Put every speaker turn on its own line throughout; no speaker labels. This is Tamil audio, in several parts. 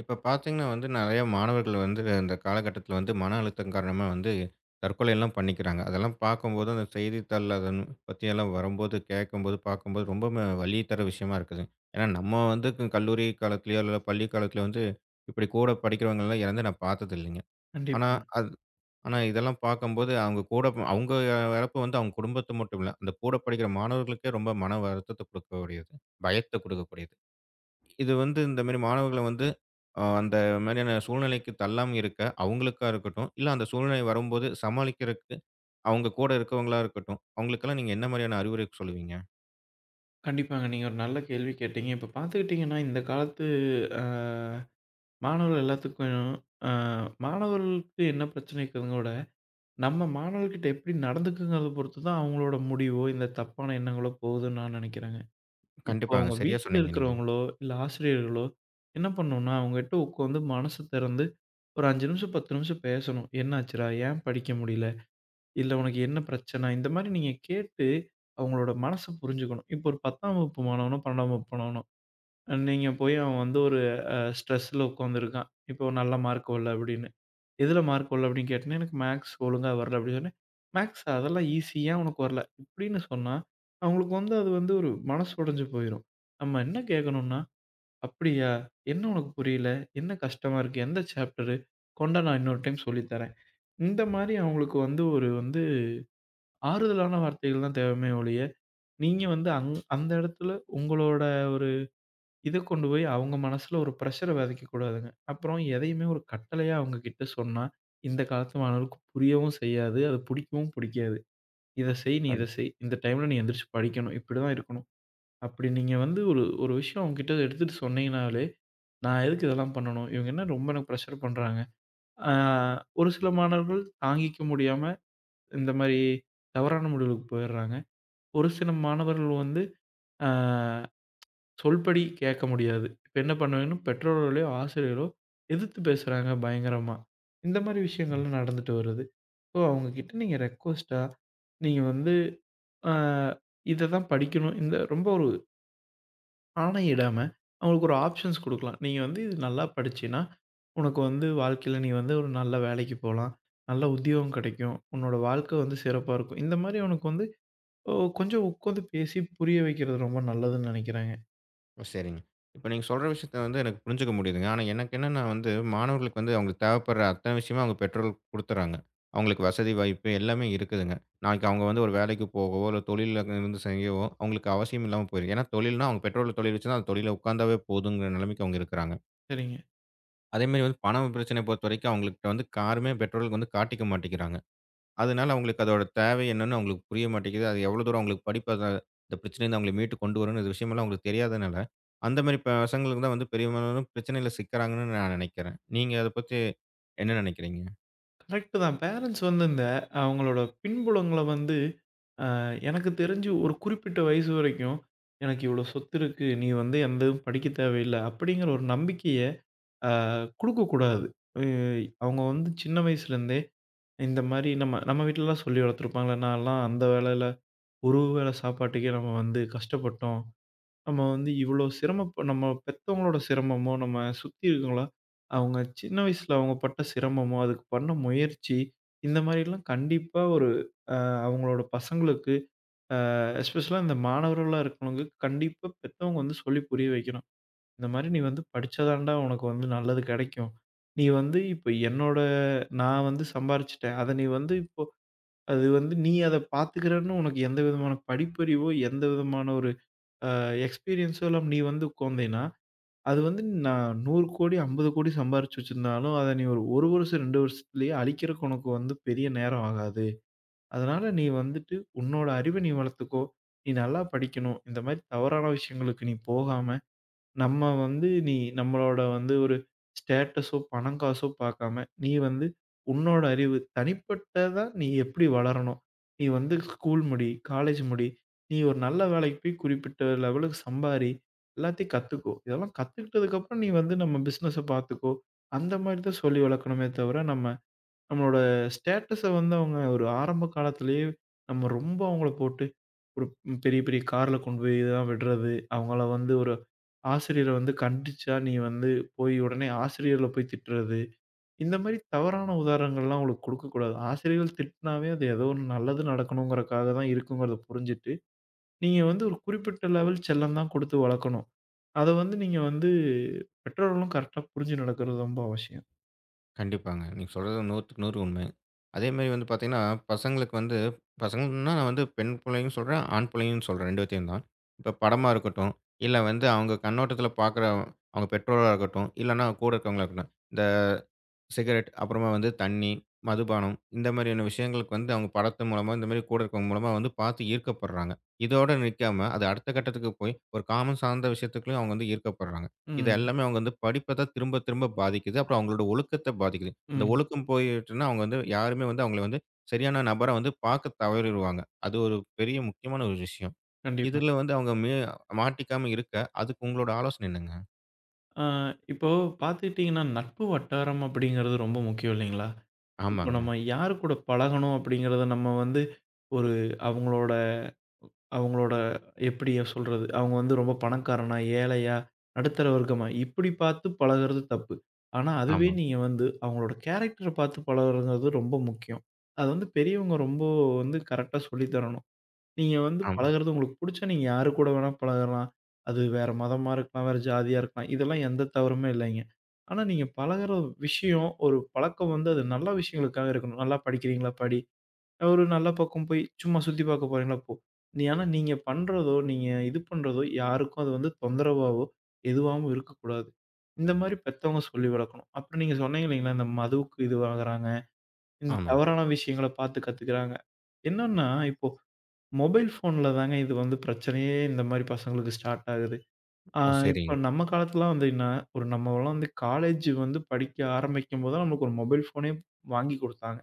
இப்ப பார்த்தீங்கன்னா நெறைய மாணவர்கள் இந்த காலகட்டத்தில மன அழுத்தம் காரணமா தற்கொலை எல்லாம் பண்ணிக்கிறாங்க. அதெல்லாம் பார்க்கும்போது, அந்த செய்தித்தாள்ல அத பத்தியெல்லாம் வரும்போது, கேட்கும்போது, பார்க்கும்போது ரொம்பவுமே வலி தர விஷயமா இருக்குது. ஏன்னா, நம்ம வந்து க கல்லூரி காலத்திலயோ, இல்ல பள்ளி காலத்திலயோ இப்படி கூட படிக்கிறவங்கலாம் இறந்து நான் பார்த்தது இல்லைங்க. ஆனா,
கண்டிப்பாங்க.
அது ஆனா இதெல்லாம் பார்க்கும்போது, அவங்க இறப்பு அவங்க குடும்பத்த மட்டும் இல்ல, அந்த கூட படிக்கிற மாணவர்களுக்கே ரொம்ப மன வருத்தத்த குடுக்கக்கூடியது. பயத்த குடுக்கக்கூடியது. இது வந்து இந்த மாரி மாணவர்கள வந்து அ அந்த மாரியான சூழ்நிலைக்கு தள்ளாம இருக்க, அவங்களுக்கா இருக்கட்டும், இல்ல அந்த சூழ்நிலை வரும்போது சமாளிக்கிறதுக்கு அவங்க கூட இருக்கவங்களா இருக்கட்டும், அவங்களுக்கெல்லாம் நீங்க என்ன மாரியான அறிவுரை சொல்லுவீங்க?
நீங்க ஒரு நல்ல கேள்வி கேட்டீங்க. இப்ப பார்த்துக்கிட்டீங்கன்னா, இந்த காலத்து அ மாணவர்கள் எல்லாத்துக்கும் அ மாணவர்களுக்கு என்ன பிரச்சனை இருக்குதுங்க விட, நம்ம மாணவர்கள்கிட்ட எப்படி நடந்துக்குங்கிறத பொறுத்து தான் அவங்களோட முடிவோ, இந்த தப்பான எண்ணங்களோ போகுதுன்னு நான் நெனைக்கிறேங்க. இப்போ
கண்டிப்பாங்க.
அவங்க
சரியா
வீட்ல
சொன்னீங்க நீங்க.
இருக்கிறவங்களோ, இல்ல ஆசிரியர்களோ என்ன பண்ணணும்னா, அவங்ககிட்ட உட்காந்து மனசு திறந்து ஒரு 5 நிமிஷம், 10 நிமிஷம் பேசணும். "என்னாச்சுடா? ஏன் படிக்க முடியல?" இல்ல உனக்கு என்ன பிரச்சனை? இந்த மாரி நீங்க கேட்டு, அவங்களோட மனச புரிஞ்சுக்கணும். இப்போ ஒரு 10ஆம் வகுப்பு மாணவனோ, 12ஆம் வகுப்பு மாணவனோ, நீங்க போய் அவன் வந்து ஒரு ஸ்ட்ரெஸ்ல உட்காந்துருக்கான். இப்போ நல்ல மார்க் வரல அப்படின்னு. எதுல மார்க் வரல அப்படின்னு கேட்டோனே, எனக்கு மேத்ஸ் ஒழுங்கா வரல அப்படின்னு சொன்னேன். மேத்ஸ் அதெல்லாம் ஈஸி, ஏன் உனக்கு வரல? இப்படின்னு சொன்னா, அவங்களுக்கு வந்து அது வந்து ஒரு மனசு உடைஞ்சு போயிரும். நம்ம என்ன கேட்கணும்னா, அப்படியா? என்ன உனக்கு புரியல? என்ன கஷ்டமா இருக்கு? எந்த சாப்டரு? கொண்டா நான் இன்னொரு டைம் சொல்லி தரேன். இந்த மாரி அவங்களுக்கு வந்து ஒரு வந்து ஆறுதலான வார்த்தைகள் தான் தேவையுமே ஒழிய, நீங்க வந்து அந்த இடத்துல உங்களோட ஒரு இத கொண்டு போய் அவங்க மனசுல ஒரு பிரஷர விதைக்கக் கூடாதுங்க. அப்புறம் எதையுமே ஒரு கட்டளையா அவங்க கிட்ட சொன்னா, இந்த காலத்து மாணவர்களுக்கு புரியவும் செய்யாது. அது பிடிக்கவும் பிடிக்காது. "இத செய், நீ இத
கண்டிப்பா.
செய். இந்த டைம்ல நீ எந்திரிச்சு படிக்கணும். இப்படிதான் இருக்கணும்." அப்படி நீங்க வந்து ஒரு ஒரு விஷயம் அவங்க கிட்ட எடுத்துட்டு சொன்னீங்கனாலே, "நான் எதுக்கு இதெல்லாம் பண்ணணும்? இவங்க என்ன ரொம்ப எனக்கு பிரஷர் பண்றாங்க." ஆ ஒரு சில மாணவர்கள் தாங்கிக்க முடியாம இந்த மாரி தவறான முடிவுகளுக்கு போயிடுறாங்க. ஒரு சில மாணவர்கள் வந்து அ சொல்படி கேட்க முடியாது. இப்ப என்ன பண்ணுவாங்கன்னா, பெற்றோர்களோ, ஆசிரியரோ எதிர்த்து பேசுறாங்க பயங்கரமா. இந்த மாரி விஷயங்கள்லாம் நடந்துட்டு வருது. ஸோ அவங்க கிட்ட நீங்க ரெக்வெஸ்ட்டா நீங்க வந்து அ இத தான் படிக்கணும். இந்த ரொம்ப ஒரு ஆணையிடாம அவங்களுக்கு ஒரு ஆப்ஷன்ஸ் குடுக்கலாம். நீங்க வந்து இது நல்லா படிச்சீன்னா, உனக்கு வந்து வாழ்க்கையில நீ வந்து ஒரு நல்ல வேலைக்கு போலாம். நல்ல உத்தியோகம் கெடைக்கும். உன்னோட வாழ்க்கை வந்து சிறப்பா இருக்கும். இந்த மாரி உனக்கு வந்து ஓ! கொஞ்சம் உட்காந்து பேசி புரிய வைக்கிறது ரொம்ப நல்லதுன்னு நினைக்கிறேங்க.
ஓ! சரிங்க. இப்ப நீங்க சொல்ற விஷயத்த எனக்கு புரிஞ்சுக்க முடியுதுங்க. ஆனா எனக்கு என்னன்னா, மாணவர்களுக்கு அவங்களுக்கு தேவைப்படுற அத்தனை விஷயமும் அவங்க பெற்றோர்கள் குடுத்துர்றாங்க. அவங்களுக்கு வசதி, வாய்ப்பு எல்லாமே இருக்குதுங்க. நாளைக்கு அவங்க ஒரு வேலைக்கு போகவோ, இல்ல தொழில்ல இருந்து செய்யவோ, அவங்களுக்கு அவசியம் இல்லாம போயிருது. ஏன்னா தொழில்னா அவங்க பெற்றோர்கள் தொழில் வச்சுருந்தா, அந்த தொழில்ல உட்கார்ந்தாவே போதுங்கிற நிலைமைக்கு அவங்க இருக்குறாங்க.
சரிங்க.
அதேமாரி பணம் பிரச்சனைய பொறுத்தவரைக்கும் அவங்கள்ட்ட காருமே பெற்றோர்களுக்கு காட்டிக்க மாட்டேங்கிறாங்க. அதனால அவங்களுக்கு அதோட தேவை என்னன்னு அவங்களுக்கு புரிய மாட்டேங்குது. அது எவ்வளோ தூரம் அவங்களுக்கு படிப்பு அத இந்த பிரச்சனையிலருந்து அவங்கள மீட்டு கொண்டு வரும்னு இந்த விஷயமெல்லாம் அவங்களுக்கு தெரியாதனால, அந்த மாரி பசங்களுக்கு தான் பெரியவங்களும் பிரச்சனையில சிக்குறாங்கன்னு நான் நினைக்கிறேன். நீங்க அத பத்தி என்ன நினைக்கிறீங்க?
கரெக்ட் தான். பேரண்ட்ஸ் வந்து இந்த அவங்களோட பின்புலங்கள வந்து அ எனக்கு தெரிஞ்சு ஒரு குறிப்பிட்ட வயசு வரைக்கும், "எனக்கு இவ்வளோ சொத்து இருக்கு. நீ வந்து எந்த இதுவும் படிக்க தேவையில்ல." அப்படிங்கிற ஒரு நம்பிக்கைய அ குடுக்கக்கூடாது. அ அவங்க வந்து சின்ன வயசுலேருந்தே இந்த மாரி நம்ம நம்ம வீட்லலாம் சொல்லி வளர்த்துருப்பாங்கல்ல, "நான்லாம் அந்த வேலையில ஒரு வேளை சாப்பாட்டுக்கே நம்ம வந்து கஷ்டப்பட்டோம்." நம்ம வந்து இவ்வளோ சிரமப் நம்ம பெத்தவங்களோட சிரமமோ, நம்ம சுத்தி இருக்கவங்களா, அவங்க சின்ன வயசுல அவங்க பட்ட சிரமமோ, அதுக்கு பண்ண முயற்சி, இந்த மாரிலாம் கண்டிப்பா ஒரு அ அவங்களோட பசங்களுக்கு, எஸ்பெஷலா இந்த மாணவர்களா இருக்கிறவங்களுக்கு கண்டிப்பா பெத்தவங்க வந்து சொல்லி புரிய வைக்கணும். இந்த மாரி நீ வந்து படிச்சா தான்டா உனக்கு வந்து நல்லது கெடைக்கும். நீ வந்து இப்ப என்னோட நான் வந்து சம்பாரிச்சுட்டேன். அத நீ வந்து இப்போ அது வந்து நீ அத பாத்துக்கிறன்னு உனக்கு எந்த விதமான படிப்பறிவோ, எந்த விதமான ஒரு அ எக்ஸ்பீரியன்ஸோ இல்லாம நீ வந்து உட்காந்தீன்னா அது வந்து நான் 100 கோடி, 50 கோடி சம்பாரிச்சு வச்சிருந்தாலும், அத நீ ஒரு 1 வருஷம், 2 வருஷத்துலயே அழிக்கிறக்கு உனக்கு வந்து பெரிய நேரம் ஆகாது. அதனால நீ வந்துட்டு உன்னோட அறிவ நீ வளர்த்துக்கோ. நீ நல்லா படிக்கணும். இந்த மாரி தவறான விஷயங்களுக்கு நீ போகாம நம்ம வந்து நீ நம்மளோட வந்து ஒரு ஸ்டேட்டஸோ, பணம் காசோ பார்க்காம, நீ வந்து உன்னோட அறிவு தனிப்பட்டதா நீ எப்படி வளரணும்? நீ வந்து ஸ்கூல் முடி, காலேஜ் முடி, நீ ஒரு நல்ல வேலைக்கு போய் குறிப்பிட்ட லெவலுக்கு சம்பாரி, எல்லாத்தையும் கத்துக்கோ. இதெல்லாம் கத்துக்கிட்டதுக்கப்புறம் நீ வந்து நம்ம பிசினஸ பார்த்துக்கோ. அந்த மாரி தான் சொல்லி வளர்க்கணுமே தவிர, நம்ம நம்மளோட ஸ்டேட்டஸ வந்து அவங்க ஒரு ஆரம்ப காலத்திலேயே நம்ம ரொம்ப அவங்கள போட்டு ஒரு பெரிய, பெரிய கார்ல கொண்டு போய் தான் விடுறது. அவங்கள வந்து ஒரு ஆசிரியர வந்து கண்டிச்சா, நீ வந்து போய் உடனே ஆசிரியர்கள போய் திட்டுறது. இந்த மாரி தவறான உதாரணங்கள்லாம் அவங்களுக்கு கொடுக்கக்கூடாது. ஆசிரியர்கள் திட்டுனாவே அது ஏதோ ஒண்ணு நல்லது நடக்கணுங்கிறக்காக தான் இருக்குங்கிறத புரிஞ்சுட்டு, நீங்க வந்து ஒரு குறிப்பிட்ட லெவல் செல்லம் தான் குடுத்து வளர்க்கணும். அத வந்து நீங்க வந்து பெற்றோர்களும் கரெக்ட்டா புரிஞ்சு நடக்கிறது ரொம்ப அவசியம்.
கண்டிப்பாங்க. நீங்க சொல்றது 100க்கு 100 உண்மை. அதே மாரி பார்த்தீங்கன்னா, பசங்களுக்கு பசங்கன்னா நான் பெண் பிள்ளையும் சொல்றேன், ஆண் பிள்ளையும் சொல்றேன் 2 பேத்தையும் தான். இப்ப படமா இருக்கட்டும், இல்ல அவங்க கண்ணோட்டத்தில பார்க்குற அவங்க பெற்றோரா இருக்கட்டும், இல்லன்னா கூட இருக்கவங்களா இருக்கட்டும். இந்த சிகரெட், அப்புறமா தண்ணி, மதுபானம் இந்த மாதிரியான விஷயங்களுக்கு அவங்க படத்து மூலமா, இந்த மாரி கூட இருக்கவங்க மூலமா பார்த்து ஈர்க்கப்படுறாங்க. இதோட நிக்காம, அது அடுத்த கட்டத்துக்கு போய் ஒரு காமம் சார்ந்த விஷயத்துக்குள்ளயும் அவங்க ஈர்க்கப்படுறாங்க. இது
ம்,
எல்லாமே அவங்க படிப்ப தான் திரும்ப திரும்ப பாதிக்குது. அப்புறம் அவங்களோட ஒழுக்கத்த பாதிக்குது. அந்த
ம்.
ஒழுக்கம் போயிட்டுன்னா, அவங்க யாருமே அவங்கள சரியான நபரா பார்க்க தவறிருவாங்க. அது ஒரு பெரிய முக்கியமான ஒரு விஷயம்.
கண்டிப்பா.
இதுல அவங்க மாட்டிக்காம இருக்க, அதுக்கு உங்களோட ஆலோசனை என்னங்க?
ஆ இப்போ பார்த்துக்கிட்டீங்கன்னா, நட்பு வட்டாரம் அப்படிங்கிறது ரொம்ப முக்கியம் இல்லைங்களா? இப்போ
ஆமாங்க.
நம்ம யாரு கூட பழகணும் அப்படிங்கிறத நம்ம வந்து ஒரு அவங்களோட அவங்களோட எப்படி சொல்றது? அவங்க வந்து ரொம்ப பணக்காரனா, ஏழையா, நடுத்தர வர்க்கமா இப்படி பார்த்து பழகுறது தப்பு. ஆனா அதுவே
ஆமா,
நீங்க வந்து அவங்களோட கேரக்டர பார்த்து பழகுறதுங்கிறது ரொம்ப முக்கியம். அது வந்து பெரியவங்க ரொம்ப வந்து கரெக்ட்டா சொல்லி தரணும். நீங்க வந்து
ஆமா,
பழகுறது உங்களுக்கு புடிச்சா நீங்க யாரு கூட வேணா பழகலாம். அது வேற மதமா இருக்கலாம், வேற ஜாதியா இருக்கலாம். இதெல்லாம் எந்த தவறுமே இல்லைங்க. ஆனா நீங்க பழகுற விஷயம், ஒரு பழக்கம் வந்து அது நல்ல விஷயங்களுக்காக இருக்கணும். நல்லா படிக்கிறீங்களா? படி. ஒரு நல்ல பக்கம் போய் சும்மா சுத்தி பார்க்க போறீங்களா? போ. நீ ஆனா நீங்க பண்றதோ, நீங்க இது பண்றதோ யாருக்கும் அது வந்து தொந்தரவாவோ, எதுவாவும் இருக்கக்கூடாது. இந்த மாரி பெத்தவங்க சொல்லி வளர்க்கணும். அப்புறம் நீங்க சொன்னீங்க இல்லைங்களா? இந்த மதுவுக்கு இதுவாகுறாங்க. இந்த
ஆமா.
தவறான விஷயங்கள பார்த்து கத்துக்கிறாங்க. என்னன்னா இப்போ மொபைல் ஃபோன்ல தாங்க இது வந்து பிரச்சனையே இந்த மாரி பசங்களுக்கு ஸ்டார்ட் ஆகுது. ஆ
ஓ!
இப்ப
சரிங்க.
நம்ம காலத்துலலாம் வந்தீங்கன்னா, ஒரு நம்மலாம் வந்து காலேஜ் வந்து படிக்க ஆரம்பிக்கும்போது தான் நமக்கு ஒரு மொபைல் ஃபோனே வாங்கி குடுத்தாங்க.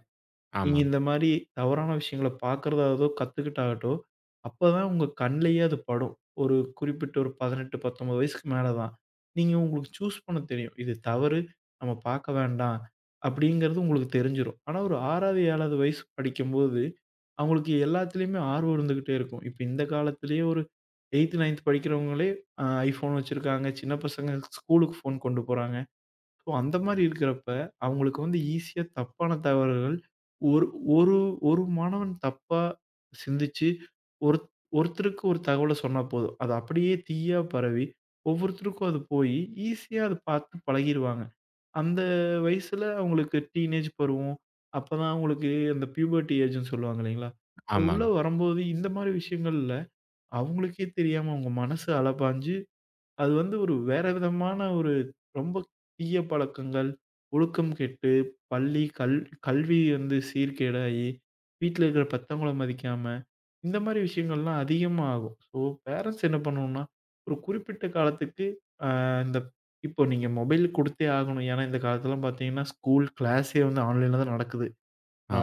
நீங்க
ஆமா.
இந்த மாரி தவறான விஷயங்கள பார்க்கிறதாகட்டும், கத்துக்கிட்டாகட்டும், அப்பதான் உங்க கண்லயே அது படும். ஒரு குறிப்பிட்ட ஒரு 18, 19 வயசுக்கு மேல தான். நீங்க உங்களுக்கு சூஸ் பண்ண தெரியும். இது தவறு, நம்ம பார்க்க வேண்டாம் அப்படிங்கிறது உங்களுக்கு தெரிஞ்சிரும். ஆனா ஒரு 6வது, 7வது வயசு படிக்கும்போது, அவங்களுக்கு எல்லாத்துலயுமே ஆர்வம் இருந்துகிட்டே இருக்கும். இப்ப இந்த காலத்திலேயே ஒரு 8த், 9த் படிக்கிறவங்களே iPhone வச்சிருக்காங்க. சின்ன பசங்க ஸ்கூலுக்கு ஃபோன் கொண்டு போறாங்க. ஸோ அந்த மாரி இருக்கிறப்ப, அவங்களுக்கு வந்து ஈஸியா தப்பான தவறுகள் ஒரு ஒரு ஒரு மாணவன் தப்பா சிந்திச்சு, ஒரு ஒருத்தருக்கு ஒரு தகவல சொன்னா போதும். அது அப்படியே தீயா பரவி, ஒவ்வொருத்தருக்கும் அது போயி, ஈஸியா அத பார்த்து பழகிருவாங்க. அந்த வயசுல அவங்களுக்கு டீனேஜ் பருவம், அப்பதான் அவங்களுக்கு அந்த பியூபர்ட்டி ஏஜ்ன்னு சொல்லுவாங்க இல்லைங்களா? அது உள்ள
ஆமாங்க.
வரும்போது இந்த மாரி விஷயங்கள்ல அவங்களுக்கே தெரியாம அவங்க மனசு அலப்பாஞ்சு அது வந்து ஒரு வேற விதமான ஒரு ரொம்ப தீய பழக்கங்கள், ஒழுக்கம் கெட்டு, பள்ளி, கல் கல்வி வந்து சீர்கேடாயி, வீட்ல இருக்கிற பெத்தவங்கள மதிக்காம, இந்த மாரி விஷயங்கள்லாம் அதிகமா ஆகும். ஸோ, பேரண்ட்ஸ் என்ன பண்ணணும்னா, ஒரு குறிப்பிட்ட காலத்துக்கு அ இந்த இப்போ நீங்க மொபைல் குடுத்தே ஆகணும். ஏன்னா, இந்த காலத்துலலாம் பார்த்தீங்கன்னா, ஸ்கூல் கிளாஸே வந்து ஆன்லைன்ல தான் நடக்குது.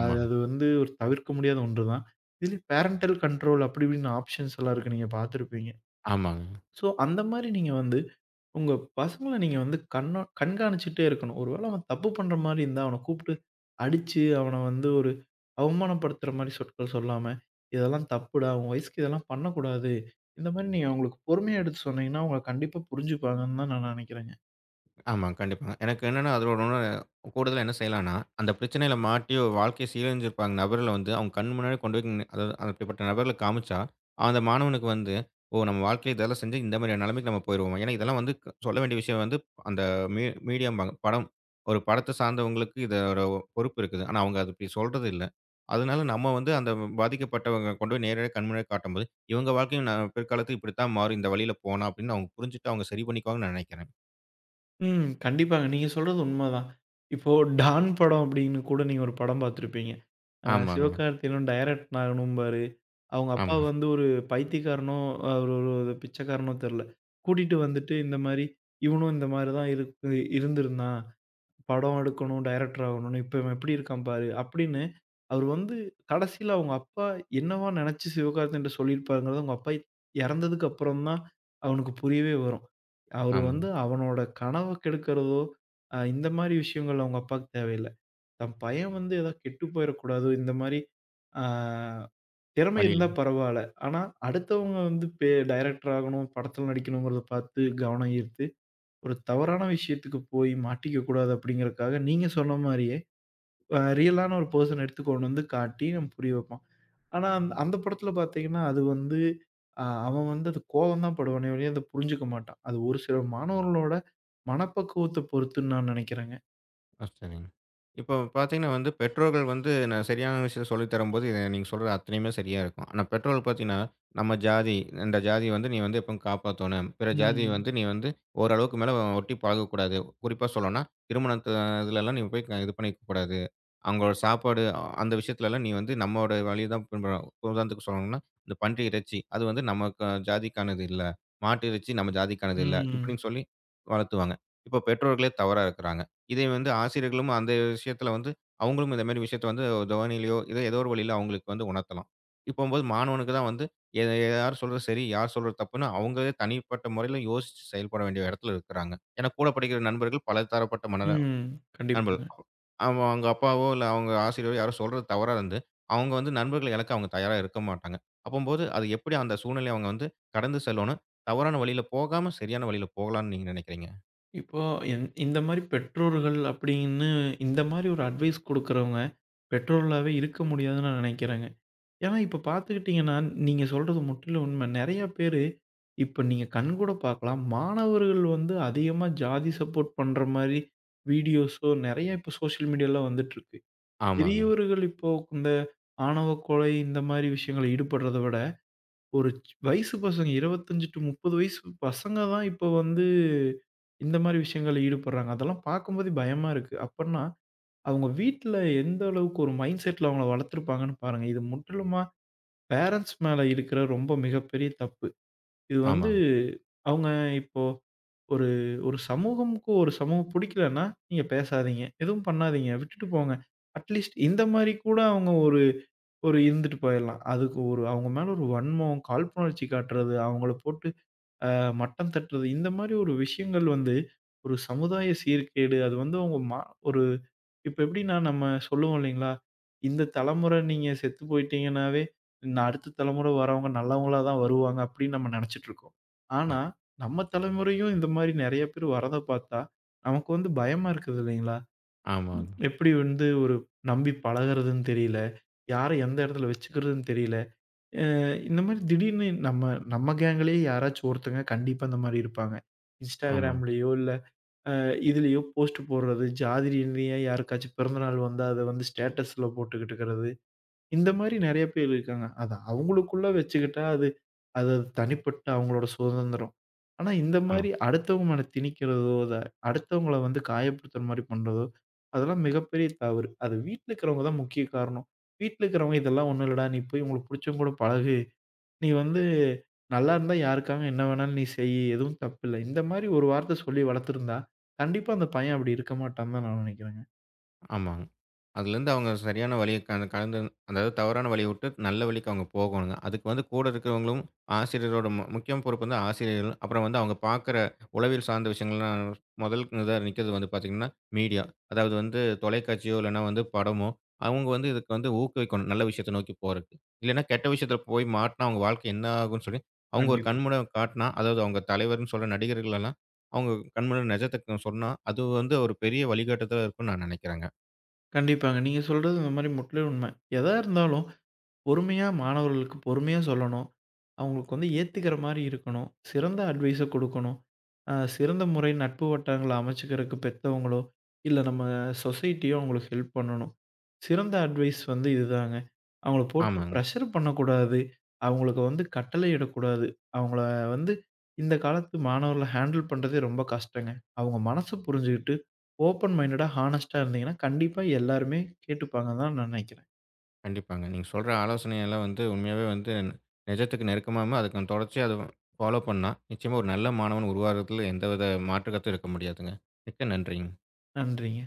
அது அது வந்து ஒரு தவிர்க்க முடியாத ஒன்று தான். இதுலயும் பேரன்டல் கண்ட்ரோல் அப்படி இப்படின்னு ஆப்ஷன்ஸ் எல்லாம் இருக்கு. நீங்க பார்த்துருப்பீங்க.
ஆமாங்க.
ஸோ, அந்த மாரி நீங்க வந்து உங்க பசங்கள நீங்க வந்து கண்ணா கண்காணிச்சுட்டே இருக்கணும். ஒரு வேள அவன் தப்பு பண்ற மாரி இருந்தா, அவன கூப்பிட்டு அடிச்சு, அவன வந்து ஒரு அவமானப்படுத்துற மாரி சொற்கள் சொல்லாம, "இதெல்லாம் தப்புடா. உன் வயசுக்கு இதெல்லாம் பண்ணக்கூடாது." இந்த மாரி நீங்க அவங்களுக்கு பொறுமையா எடுத்து சொன்னீங்கன்னா, அவங்க கண்டிப்பா புரிஞ்சுப்பாங்கன்னு தான் நான் நெனைக்கிறேன்.
ஆமா, கண்டிப்பாங்க. எனக்கு என்னன்னா, அதில ஒண்ணு கூடுதலா என்ன செய்யலான்னா, அந்த பிரச்சனையில மாட்டி ஒரு வாழ்க்கைய சீரழிஞ்சிருப்பாங்க நபர்கள அவங்க கண் முன்னாடி கொண்டு போய் நின்னு அதாவது அப்படிப்பட்ட நபர்கள காமிச்சா, அந்த மாணவனுக்கு "ஓ! நம்ம வாழ்க்கையில இதெல்லாம் செஞ்சு இந்த மாதிரியான நிலைமைக்கு நம்ம போயிருவோமா?" ஏன்னா இதெல்லாம் வந்து க சொல்ல வேண்டிய விஷயம் அந்த மீ மீடியாம்பாங்க. படம். ஒரு படத்த சார்ந்தவங்களுக்கு இதோட பொறுப்பு இருக்குது. ஆனா அவங்க அத அப்படி சொல்றது இல்ல. அதனால நம்ம அந்த பாதிக்கப்பட்டவங்க கொண்டு போய் நேரடியா கண் முன்னாடி காட்டும்போது, இவங்க வாழ்க்கையும் பிற்காலத்துல இப்படித்தான் மாறும். இந்த வழியில போனா அப்படின்னு அவங்க புரிஞ்சுட்டு அவங்க சரி பண்ணிக்குவாங்கன்னு நான் நினைக்கிறேன்.
ம். கண்டிப்பாங்க. நீங்க சொல்றது உண்மதான். இப்போ டான் படம் அப்படின்னு கூட நீங்க ஒரு படம் பார்த்துருப்பீங்க.
ஆமாங்க.
சிவகார்த்திகேயனும் டைரக்ட் ஆகணும் பாரு. அவங்க அப்பா
ஆமா,
வந்து ஒரு பைத்தியக்காரனோ, ஒரு ஒரு ஒரு பிச்சைக்காரனோ தெர்ல. கூட்டிட்டு வந்துட்டு இந்த மாரி இவனும் இந்த மாரி தான் இருந்திருந்தான். படம் எடுக்கணும், டைரக்டர் ஆகணும்னு இப்ப இவன் எப்படி இருக்கான் பாரு! அப்படின்னு அவரு வந்து கடைசியில அவங்க அப்பா என்னவா நினைச்சு சிவகார்த்திகேயன்ட்ட சொல்லியிருப்பாருங்கிறது அவங்க அப்பா இறந்ததுக்கு அப்புறம் தான் அவனுக்கு புரியவே வரும். அவரு
ஆமாங்க.
வந்து அவனோட கனவ கெடுக்கிறதோ, இந்த மாரி விஷயங்கள் அவங்க அப்பாவுக்கு தேவையில்ல. தன் பையன் வந்து ஏதோ கெட்டு போயிறக்கூடாதோ இந்த மாரி ஆ திறமை
வழி
இருந்தா
இல்ல.
பரவால்ல. ஆனா அடுத்தவங்க வந்து பே டைரக்டர் ஆகணும், படத்துல நடிக்கணுங்கிறத பார்த்து கவனம் ஈர்த்து ஒரு தவறான விஷயத்துக்கு போய் மாட்டிக்க கூடாது அப்படிங்கிறதுக்காக நீங்க சொன்ன மாரியே ரியலான ஒரு பெர்சன எடுத்து கொண்டு வந்து காட்டி நம்ம புரிய வைப்போம். ஆனா அந்த அந்த படத்துல பார்த்தீங்கன்னா, அது வந்து அவன் வந்து அது கோவம் தான் படுவானே ஒழிய அத புரிஞ்சுக்க மாட்டான். அது ஒரு சில மாணவர்களோட மனப்பக்குவத்த பொறுத்துன்னு நான் நினைக்கிறேங்க.
ஆ, சரிங்க. இப்போ பார்த்தீங்கன்னா பெற்றோர்கள் நான் சரியான விஷயத்த சொல்லி தரும்போது, இத நீங்க சொல்ற அத்தனையுமே சரியா இருக்கும். ஆனா பெற்றோர்கள் பார்த்தீங்கன்னா, நம்ம ஜாதி இந்த ஜாதிய நீ எப்பவும் காப்பாத்தணும். பிற ஜாதிய
ம்.
நீ ஓரளவுக்கு மேல ஒட்டி பழகக்கூடாது. குறிப்பா சொல்லணும்னா, திருமணத்து இதுலலாம் நீ போய் இது பண்ணிக்க கூடாது. அவங்களோட சாப்பாடு அந்த விஷயத்துலலாம் நீ நம்மோட வழிய தான் பின்பற்றணும். உதாரணத்துக்கு சொல்லணும்னா, இந்த பன்றி இறைச்சி அது நமக்கு ஜாதிக்கானது இல்ல. மாட்டு இறைச்சி நம்ம ஜாதிக்கானது இல்ல.
ம்.
இப்படின்னு சொல்லி வளர்த்துவாங்க. இப்போ பெற்றோர்களே தவறா இருக்குறாங்க. இதை ஆசிரியர்களும் அந்த விஷயத்தில அவங்களும் இந்த மாரி விஷயத்த தொனியிலயோ, ஏதோ ஏதோ ஒரு வழியில அவங்களுக்கு உணர்த்தலாம். இப்போம்போது மாணவனுக்கு தான் வந்து எ யார் சொல்றது சரி, யார் சொல்றது தப்புன்னு அவங்களே தனிப்பட்ட முறையில யோசிச்சு செயல்பட வேண்டிய இடத்துல இருக்கிறாங்க. ஏன்னா கூட படிக்கிற நண்பர்கள் பல தரப்பட்ட
ம். கண்டிப்பாங்க.
நண்பர்கள். அவன் அவங்க அப்பாவோ, இல்ல அவங்க ஆசிரியரோ யாரோ சொல்றது தவறா இருந்து, அவங்க நண்பர்கள இழக்க அவங்க தயாரா இருக்க மாட்டாங்க. அப்பம்போது அது எப்படி அந்த சூழ்நிலைய அவங்க கடந்து செல்லணும்? தவறான வழியில போகாம சரியான வழியில போகலான்னு நீங்க நினைக்கிறீங்க?
இப்போ என் இந்த மாரி பெற்றோர்கள் அப்படின்னு இந்த மாரி ஒரு அட்வைஸ் குடுக்குறவங்க பெற்றோர்களாவே இருக்க முடியாதுன்னு நான் நினைக்கிறேங்க. ஏன்னா, இப்ப பார்த்துக்கிட்டீங்கன்னா, நீங்க சொல்றது முற்றிலும் உண்ம. நெறைய பேரு இப்ப நீங்க கண்கூட பார்க்கலாம். மாணவர்கள் வந்து அதிகமா ஜாதி சப்போர்ட் பண்ற மாரி வீடியோஸோ நெறைய இப்ப சோஷியல் மீடியால வந்துட்டுருக்கு.
ஆமாங்க,
பெரியவர்கள் இப்போ இந்த ஆணவ கொலை இந்த மாரி விஷயங்கள்ல ஈடுபடுறத விட, ஒரு சி வயசு பசங்க 25 டூ 30 வயசு பசங்க தான் இப்போ வந்து இந்த மாரி விஷயங்கள்ல ஈடுபடுறாங்க. அதெல்லாம் பார்க்கும்போதே பயமா இருக்கு. அப்பன்னா, அவங்க வீட்ல எந்த அளவுக்கு ஒரு மைண்ட் செட்ல அவங்கள வளர்த்துருப்பாங்கன்னு பாருங்க. இது முற்றிலுமா பேரன்ட்ஸ் மேல இருக்கிற ரொம்ப மிகப்பெரிய தப்பு. இது வந்து
ஆமாங்க,
அவங்க இப்போ ஒரு ஒரு சமூகமுக்கு ஒரு சமூகம் பிடிக்கலன்னா, நீங்க பேசாதீங்க. எதுவும் பண்ணாதீங்க. விட்டுட்டு போங்க. அட்லீஸ்ட் இந்த மாரி கூட அவங்க ஒரு ஒரு இருந்துட்டு போயிரலாம். அதுக்கு ஒரு அவங்க மேல ஒரு வன்மம், காழ்ப்புணர்ச்சி காட்டுறது, அவங்கள போட்டு அ மட்டம் தட்டுறது. இந்த மாரி ஒரு விஷயங்கள் வந்து, ஒரு சமுதாய சீர்கேடு. அது வந்து அவங்க மா ஒரு இப்ப எப்படின்னா நம்ம சொல்லுவோம் இல்லைங்களா? இந்த தலைமுறை நீங்க செத்து போயிட்டீங்கன்னாவே, நான் அடுத்த தலைமுறை வரவங்க நல்லவங்களா தான் வருவாங்க அப்படின்னு நம்ம நெனைச்சுட்டுருக்கோம். ஆனா, நம்ம தலைமுறையும் இந்த மாரி நெறைய பேர் வரத பார்த்தா, நமக்கு வந்து பயமா இருக்குது இல்லைங்களா?
ஆமாங்க,
எப்படி வந்து ஒரு நம்பி பழகுறதுன்னு தெரியல. யார எந்த இடத்துல வச்சுக்கிறதுன்னு தெரியல. அ இந்த மாரி திடீர்னு நம்ம நம்ம கேங்லேயே யாராச்சும் ஒருத்தங்க கண்டிப்பா இந்த மாரி இருப்பாங்க.
ஆமாங்க.
இன்ஸ்டாகிராம்லயோ இல்ல இதுலயோ போஸ்ட் போடுறது, ஜாதி ரீதியா யாருக்காச்சும் பிறந்தநாள் வந்தா அத வந்து ஸ்டேட்டஸ்ல போட்டுக்கிட்டு இருக்கிறது. இந்த மாரி நெறைய பேர் இருக்காங்க. அத அவங்களுக்குள்ள வச்சுக்கிட்டா அது அது அது தனிப்பட்ட அவங்களோட சுதந்திரம். ஆனா இந்த
ஆமா.
மாரி அடுத்தவங்க மேல திணிக்கிறதோ, அத அடுத்தவங்கள வந்து காயப்படுத்துற மாரி பண்றதோ, அதெல்லாம் மிகப்பெரிய தவறு. அது வீட்ல இருக்கிறவங்க தான் முக்கிய காரணம். வீட்ல இருக்கிறவங்க இதெல்லாம் ஒண்ணும் இல்லடா! நீ போய் உங்களுக்கு புடிச்சவங்க கூட பழகு. நீ வந்து நல்லா இருந்தா யாருக்காக என்ன வேணாலும் நீ செய். எதுவும் தப்பில்ல. இந்த மாரி ஒரு வார்த்தை சொல்லி வளர்த்துருந்தா, கண்டிப்பா அந்த பையன் அப்படி இருக்க மாட்டான்னு தான் நான் நெனைக்கிறேங்க.
ஆமாங்க. அதுலேருந்து அவங்க சரியான வழிய கலந்து அதாவது தவறான வழிய விட்டு நல்ல வழிக்கு அவங்க போகணுங்க. அதுக்கு கூட இருக்கிறவங்களும் ஆசிரியரோட முக்கிய பொறுப்பு ஆசிரியர்கள். அப்புறம் அவங்க பார்க்குற உளவியல் சார்ந்த விஷயங்கள்லாம் முதல் இதா நிற்கிறது பார்த்தீங்கன்னா, மீடியா. அதாவது தொலைக்காட்சியோ இல்லைனா படமோ, அவங்க இதுக்கு ஊக்குவிக்கணும். நல்ல விஷயத்த நோக்கி போறதுக்கு. இல்லைனா கெட்ட விஷயத்தில போய் மாட்னா அவங்க வாழ்க்கை என்ன ஆகும்ன்னு சொல்லி, அவங்க ஒரு
கண்டிப்பா.
கண்மூடியா காட்டினா, அதாவது அவங்க தலைவர்ன்னு சொல்ற நடிகர்களெல்லாம் அவங்க கண்முன்னாடி நிஜத்த சொன்னா, அது ஒரு பெரிய வழிகாட்டுதலா இருக்கும்னு நான் நினைக்கிறேங்க.
கண்டிப்பாங்க. நீங்க சொல்றது இந்த மாரி முற்றிலும் உண்மை. எதா இருந்தாலும் பொறுமையா மாணவர்களுக்கு பொறுமையா சொல்லணும். அவங்களுக்கு வந்து ஏத்துக்கிற மாரி இருக்கணும். சிறந்த அட்வைஸ குடுக்கணும். சிறந்த முறை நட்பு வட்டங்கள அமைச்சுக்கிறதுக்கு பெத்தவங்களோ, இல்ல நம்ம சொசைட்டியோ அவங்களுக்கு ஹெல்ப் பண்ணணும். சிறந்த அட்வைஸ் வந்து இதுதாங்க. அவங்கள போட்டு
ஆமாங்க.
பிரஷர் பண்ணக்கூடாது. அவங்களுக்கு வந்து கட்டளையிடக்கூடாது. அவங்கள வந்து இந்த காலத்து மாணவர்கள ஹேண்டில் பண்றதே ரொம்ப கஷ்டங்க. அவங்க மனசு புரிஞ்சுகிட்டு ஓப்பன் மைண்டடா, ஹானஸ்ட்டா இருந்தீங்கன்னா, கண்டிப்பா எல்லாருமே கேட்டுப்பாங்கன்னு தான் நான் நெனைக்கிறேன்.
கண்டிப்பாங்க. நீங்க சொல்ற ஆலோசனையெல்லாம் உண்மையாவே நிஜத்துக்கு நெருக்கமாவும், அதுக்கு தொடர்ச்சியா அத ஃபாலோ பண்ணா, நிச்சயமா ஒரு நல்ல மாணவன் உருவாகுறதுல எந்தவித மாற்று கருத்தும் இருக்க முடியாதுங்க. மிக்க நன்றிங்க.
நன்றிங்க.